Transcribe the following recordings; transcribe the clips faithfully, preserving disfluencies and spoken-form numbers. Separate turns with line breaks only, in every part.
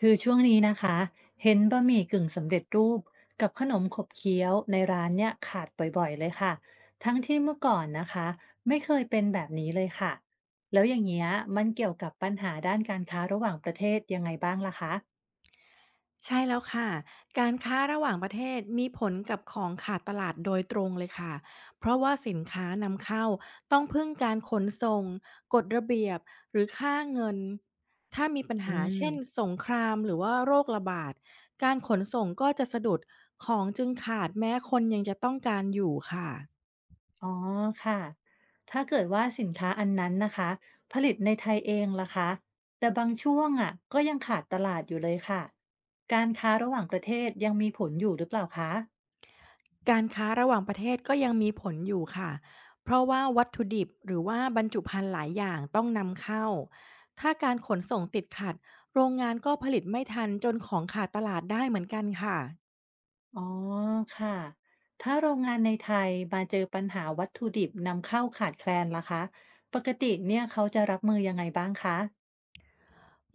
คือช่วงนี้นะคะเห็นบะหมี่กึ่งสำเร็จรูปกับขนมขบเคี้ยวในร้านเนี่ยขาดบ่อยๆเลยค่ะทั้งที่เมื่อก่อนนะคะไม่เคยเป็นแบบนี้เลยค่ะแล้วอย่างเงี้ยมันเกี่ยวกับปัญหาด้านการค้าระหว่างประเทศยังไงบ้างล่ะคะ
ใช่แล้วค่ะ การค้าระหว่างประเทศมีผลกับของขาดตลาดโดยตรงเลยค่ะ เพราะว่าสินค้านำเข้าต้องพึ่งการขนส่งกฎระเบียบหรือค่าเงิน ถ้ามีปัญ
อื
หา
ม
เช่นสงครามหรือว่าโรคระบาดการขนส่งก็จะสะดุดของจึงขาดแม้คนยังจะต้องการอยู่ค่ะ
อ๋อค่ะถ้าเกิดว่าสินค้าอันนั้นนะคะผลิตในไทยเองล่ะคะแต่บางช่วงอ่ะก็ยังขาดตลาดอยู่เลยค่ะการค้าระหว่างประเทศยังมีผลอยู่หรือเปล่าคะ
การค้าระหว่างประเทศก็ยังมีผลอยู่ค่ะ เพราะว่าวัตถุดิบหรือว่าบรรจุภัณฑ์หลายอย่างต้องนำเข้า ถ้าการขนส่งติดขัด โรงงานก็ผลิตไม่ทันจนของขาดตลาดได้เหมือนกันค่ะ
อ๋อค่ะ ถ้าโรงงานในไทยมาเจอปัญหาวัตถุดิบนำเข้าขาดแคลนล่ะคะ ปกติเนี่ยเขาจะรับมือยังไงบ้างคะ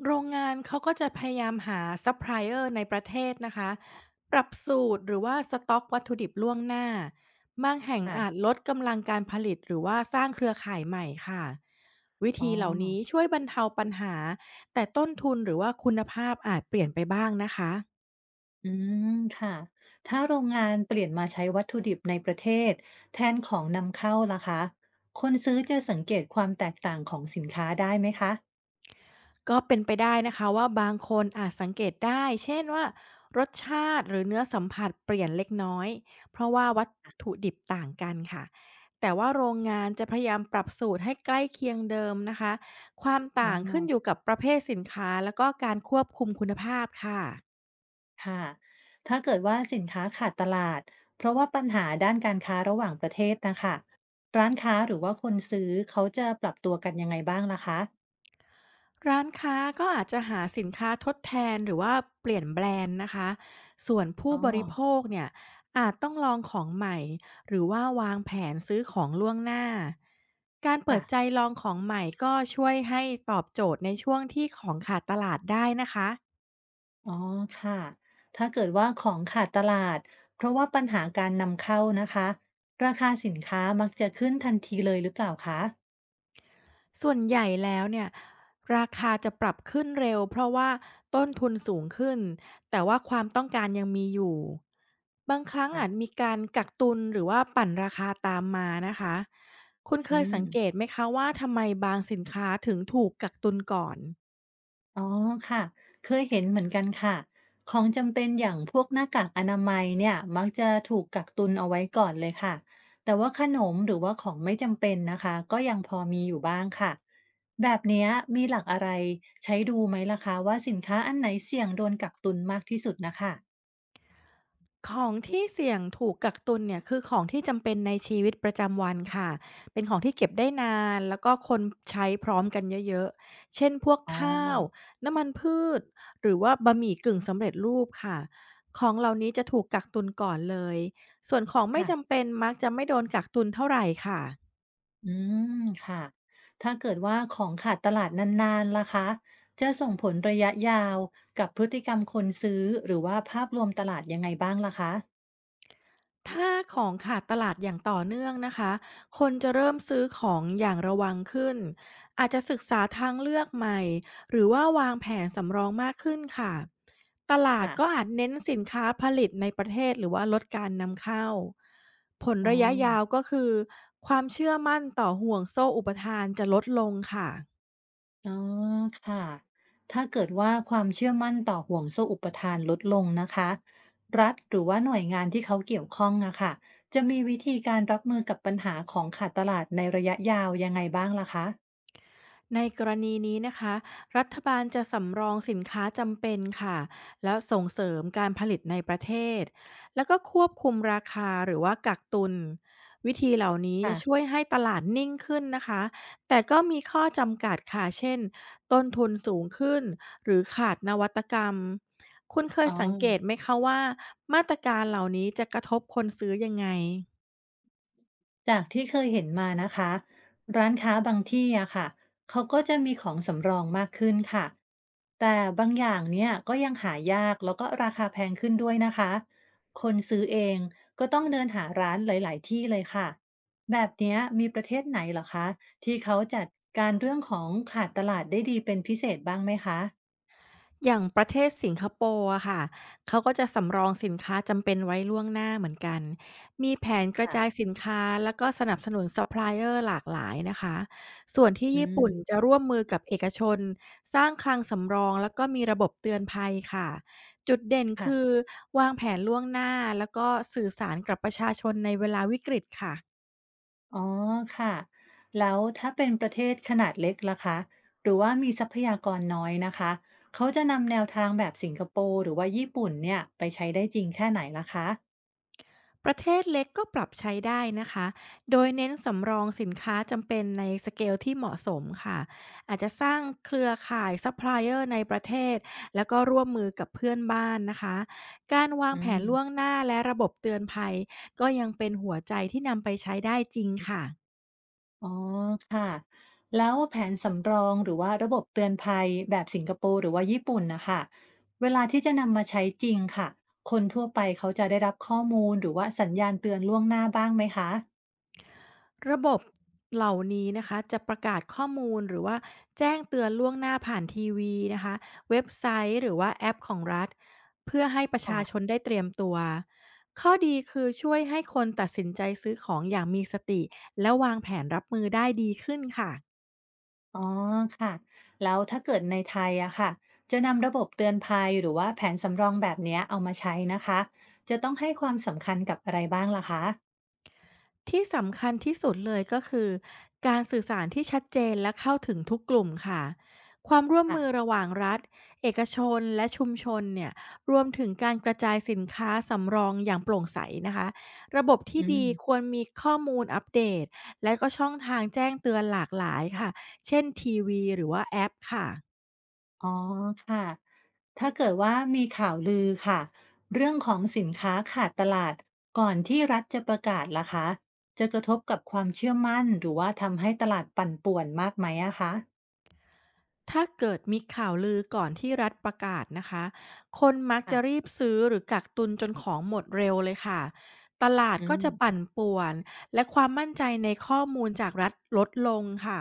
โรงงานเขาก็จะพยายามหาซัพพลายเออร์ในประเทศนะคะปรับสูตรหรือว่าสต็อกวัตถุดิบล่วงหน้าบางแห่งอาจ
ค่ะ
ลดกำลังการผลิตหรือว่าสร้างเครือข่ายใหม่ค่ะ วิ
อ๋อ
ธีเหล่านี้ช่วยบรรเทาปัญหา แต่ต้นทุนหรือว่าคุณภาพอาจเปลี่ยนไปบ้างนะคะ
อืมค่ะ ถ้าโรงงานเปลี่ยนมาใช้วัตถุดิบในประเทศแทนของนำเข้าล่ะคะ คนซื้อจะสังเกตความแตกต่างของสินค้าได้ไหมคะ
ก็เป็นไปได้นะคะว่าบางคนอาจสังเกตได้เช่นว่ารสชาติหรือเนื้อสัมผัสเปลี่ยนเล็กน้อยเพราะว่าวัตถุดิบต่างกันค่ะแต่ว่าโรงงานจะพยายามปรับสูตรให้ใกล้เคียงเดิมนะคะความ
อ๋อ
ต่างขึ้นอยู่กับประเภทสินค้าแล้วก็การควบคุมคุณภาพค่ะ
ค่ะถ้าเกิดว่าสินค้าขาดตลาดเพราะว่าปัญหาด้านการค้าระหว่างประเทศนะคะร้านค้าหรือว่าคนซื้อเขาจะปรับตัวกันยังไงบ้างล่ะคะ
ร้านค้าก็อาจจะหาสินค้าทดแทนหรือว่าเปลี่ยนแบรนด์นะคะ ส่วน
อ๋
ผู้
อ
บริโภคเนี่ยอาจต้องลองของใหม่หรือว่าวางแผนซื้อของล่วงหน้า การเปิดใจ
ค่ะ
ลองของใหม่ก็ช่วยให้ตอบโจทย์ในช่วงที่ของขาดตลาดได้นะคะ
อ๋อค่ะถ้าเกิดว่าของขาดตลาดเพราะว่าปัญหาการนำเข้านะคะราคาสินค้ามักจะขึ้นทันทีเลยหรือเปล่าคะ
ส่วนใหญ่แล้วเนี่ยราคาจะปรับขึ้นเร็วเพราะว่าต้นทุนสูงขึ้นแต่ว่าความต้องการยังมีอยู่บางครั้งอาจ
ค่ะ
มีการกักตุนหรือว่าปั่นราคาตามมานะคะคุณเค
อื
ย
ม
สังเกตไหมคะว่าทำไมบางสินค้าถึงถูกกักตุนก่อน
อ๋อค่ะเคยเห็นเหมือนกันค่ะของจำเป็นอย่างพวกหน้ากากอนามัยเนี่ยมักจะถูกกักตุนเอาไว้ก่อนเลยค่ะแต่ว่าขนมหรือว่าของไม่จำเป็นนะคะก็ยังพอมีอยู่บ้างค่ะแบบเนี้ยมีหลักอะไรใช้ดูไหมล่ะคะว่าสินค้าอันไหนเสี่ยงโดนกักตุนมากที่สุดนะคะ
ของที่เสี่ยงถูกกักตุนเนี่ยคือของที่จำเป็นในชีวิตประจำวันค่ะเป็นของที่เก็บได้นานแล้วก็คนใช้พร้อมกันเยอะๆเช่นพวก
อ๋อ
ข้าวน้ำมันพืชหรือว่าบะหมี่กึ่งสำเร็จรูปค่ะของเหล่านี้จะถูกกักตุนก่อนเลยส่วนของไม่จำ
ค่ะ
เป็นมักจะไม่โดนกักตุนเท่าไรค่ะ
อืมค่ะถ้าเกิดว่าของขาดตลาดนานๆล่ะคะจะส่งผลระยะยาวกับพฤติกรรมคนซื้อหรือว่าภาพรวมตลาดยังไงบ้างล่ะคะ
ถ้าของขาดตลาดอย่างต่อเนื่องนะคะ คนจะเริ่มซื้อของอย่างระวังขึ้น อาจจะศึกษาทางเลือกใหม่ หรือว่าวางแผนสำรองมากขึ้นค่ะ ตลาด
ค่ะ
ก็อาจเน้นสินค้าผลิตในประเทศหรือว่าลดการนำเข้า ผล
อ๋อ
ระยะยาวก็คือความเชื่อมั่นต่อห่วงโซ่อุปทานจะลดลงค่ะ
อ๋อค่ะถ้าเกิดว่าความเชื่อมั่นต่อห่วงโซ่อุปทานลดลงนะคะรัฐหรือว่าหน่วยงานที่เขาเกี่ยวข้องอะค่ะจะมีวิธีการรับมือกับปัญหาของขาดตลาดในระยะยาวยังไงบ้างล่ะคะ
ในกรณีนี้นะคะรัฐบาลจะสำรองสินค้าจำเป็นค่ะแล้วส่งเสริมการผลิตในประเทศแล้วก็ควบคุมราคาหรือว่ากักตุนวิธีเหล่านี้
ค่ะ
จะช่วยให้ตลาดนิ่งขึ้นนะคะแต่ก็มีข้อจำกัดค่ะเช่นต้นทุนสูงขึ้นหรือขาดนวัตกรรมคุณเค
อ๋
ย
อ
สังเกตไหมคะว่ามาตรการเหล่านี้จะกระทบคนซื้อยังไง
จากที่เคยเห็นมานะคะร้านค้าบางที่อะค่ะเขาก็จะมีของสำรองมากขึ้นค่ะแต่บางอย่างเนี่ยก็ยังหายากแล้วก็ราคาแพงขึ้นด้วยนะคะคนซื้อเองก็ต้องเดินหาร้านหลายๆที่เลยค่ะแบบเนี้ยมีประเทศไหนเหรอคะที่เขาจัดการเรื่องของขาดตลาดได้ดีเป็นพิเศษบ้างไหมคะ
อย่างประเทศสิงคโปร์อะค่ะ เขาก็จะสำรองสินค้าจำเป็นไว้ล่วงหน้าเหมือนกัน มีแผนกระ
ค่ะ
จายสินค้าแล้วก็สนับสนุนซัพพลายเออร์หลากหลายนะคะ ส่วนที่
อื
ญี่ปุ่นจะ
ม
ร่วมมือกับเอกชนสร้างคลังสำรองแล้วก็มีระบบเตือนภัยค่ะ จุดเด่นคือ
ค่ะ
วางแผนล่วงหน้าแล้วก็สื่อสารกับประชาชนในเวลาวิกฤตค่ะ
อ๋อค่ะแล้วถ้าเป็นประเทศขนาดเล็กล่ะคะหรือว่ามีทรัพยากรน้อยนะคะเขาจะนำแนวทางแบบสิงคโปร์หรือว่าญี่ปุ่นเนี่ยไปใช้ได้จริงแค่ไหนล่ะคะ
ประเทศเล็กก็ปรับใช้ได้นะคะ โดยเน้นสำรองสินค้าจำเป็นในสเกลที่เหมาะสมค่ะ อาจจะสร้างเครือข่ายซัพพลายเออร์ในประเทศแล้วก็ร่วมมือกับเพื่อนบ้านนะคะ การวา
อื
งแผน
ม
ล่วงหน้าและระบบเตือนภัยก็ยังเป็นหัวใจที่นำไปใช้ได้จริงค่ะ
อ๋อค่ะแล้วแผนสำรองหรือว่าระบบเตือนภัยแบบสิงคโปร์หรือว่าญี่ปุ่นนะคะเวลาที่จะนำมาใช้จริงค่ะคนทั่วไปเขาจะได้รับข้อมูลหรือว่าสัญญาณเตือนล่วงหน้าบ้างไหมคะ
ระบบเหล่านี้นะคะจะประกาศข้อมูลหรือว่าแจ้งเตือนล่วงหน้าผ่านทีวีนะคะเว็บไซต์หรือว่าแอปของรัฐเพื่อให้ประชาชน
ค่ะ
ได้เตรียมตัวข้อดีคือช่วยให้คนตัดสินใจซื้อของอย่างมีสติและวางแผนรับมือได้ดีขึ้นค่ะ
อ๋อค่ะแล้วถ้าเกิดในไทยอะค่ะจะนำระบบเตือนภัยหรือว่าแผนสำรองแบบเนี้ยเอามาใช้นะคะจะต้องให้ความสำคัญกับอะไรบ้างล่ะคะ
ที่สำคัญที่สุดเลยก็คือการสื่อสารที่ชัดเจนและเข้าถึงทุกกลุ่มค่ะความร่วมมือ
ค่ะ
ระหว่างรัฐเอกชนและชุมชนเนี่ยรวมถึงการกระจายสินค้าสำรองอย่างโปร่งใสนะคะระบบ
อื
ที่ดี
ม
ควรมีข้อมูลอัปเดตและก็ช่องทางแจ้งเตือนหลากหลายค่ะเช่นทีวีหรือว่าแอปค่ะ
อ๋อค่ะถ้าเกิดว่ามีข่าวลือค่ะเรื่องของสินค้าขาดตลาดก่อนที่รัฐจะประกาศล่ะคะจะกระทบกับความเชื่อมั่นหรือว่าทำให้ตลาดปั่นป่วนมากไหมอะคะ
ถ้าเกิดมีข่าวลือก่อนที่รัฐประกาศนะคะ คนมักจะ
อ่ะ
รีบซื้อหรือกักตุนจนของหมดเร็วเลยค่ะ ตลาด
อื
ก็
ม
จะปั่นป่วนและความมั่นใจในข้อมูลจากรัฐลดลงค่ะ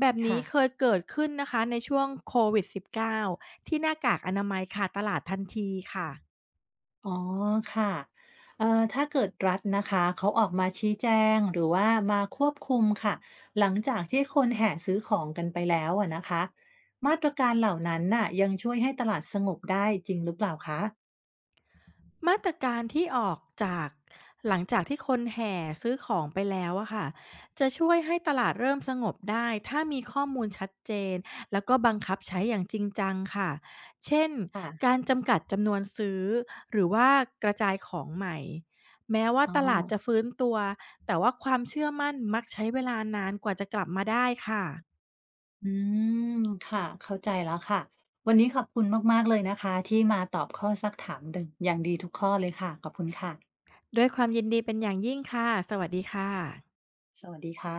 แบบ
ค่ะ
นี้เคยเกิดขึ้นนะคะในช่วงโควิด สิบเก้า ที่หน้ากากอนามัยขาดตลาดทันทีค่ะ
อ๋อค่ะเอ่อถ้าเกิดรัฐนะคะเขาออกมาชี้แจงหรือว่ามาควบคุมค่ะหลังจากที่คนแห่ซื้อของกันไปแล้วอะนะคะมาตรการเหล่านั้นน่ะยังช่วยให้ตลาดสงบได้จริงหรือเปล่าคะ
มาตรการที่ออกจากหลังจากที่คนแห่ซื้อของไปแล้วอะค่ะจะช่วยให้ตลาดเริ่มสงบได้ถ้ามีข้อมูลชัดเจนแล้วก็บังคับใช้อย่างจริงจังค่ะเช่น
ค่ะ
การจำกัดจำนวนซื้อหรือว่ากระจายของใหม่แม้ว่า
อ๋อ
ตลาดจะฟื้นตัวแต่ว่าความเชื่อมั่นมักใช้เวลานานกว่าจะกลับมาได้ค่ะ
อืมค่ะเข้าใจแล้วค่ะวันนี้ขอบคุณมากๆเลยนะคะที่มาตอบข้อซักถามดอย่างดีทุกข้อเลยค่ะขอบคุณค่ะ
ด้วยความยินดีเป็นอย่างยิ่งค่ะสวัสดีค่ะ
สวัสดีค่ะ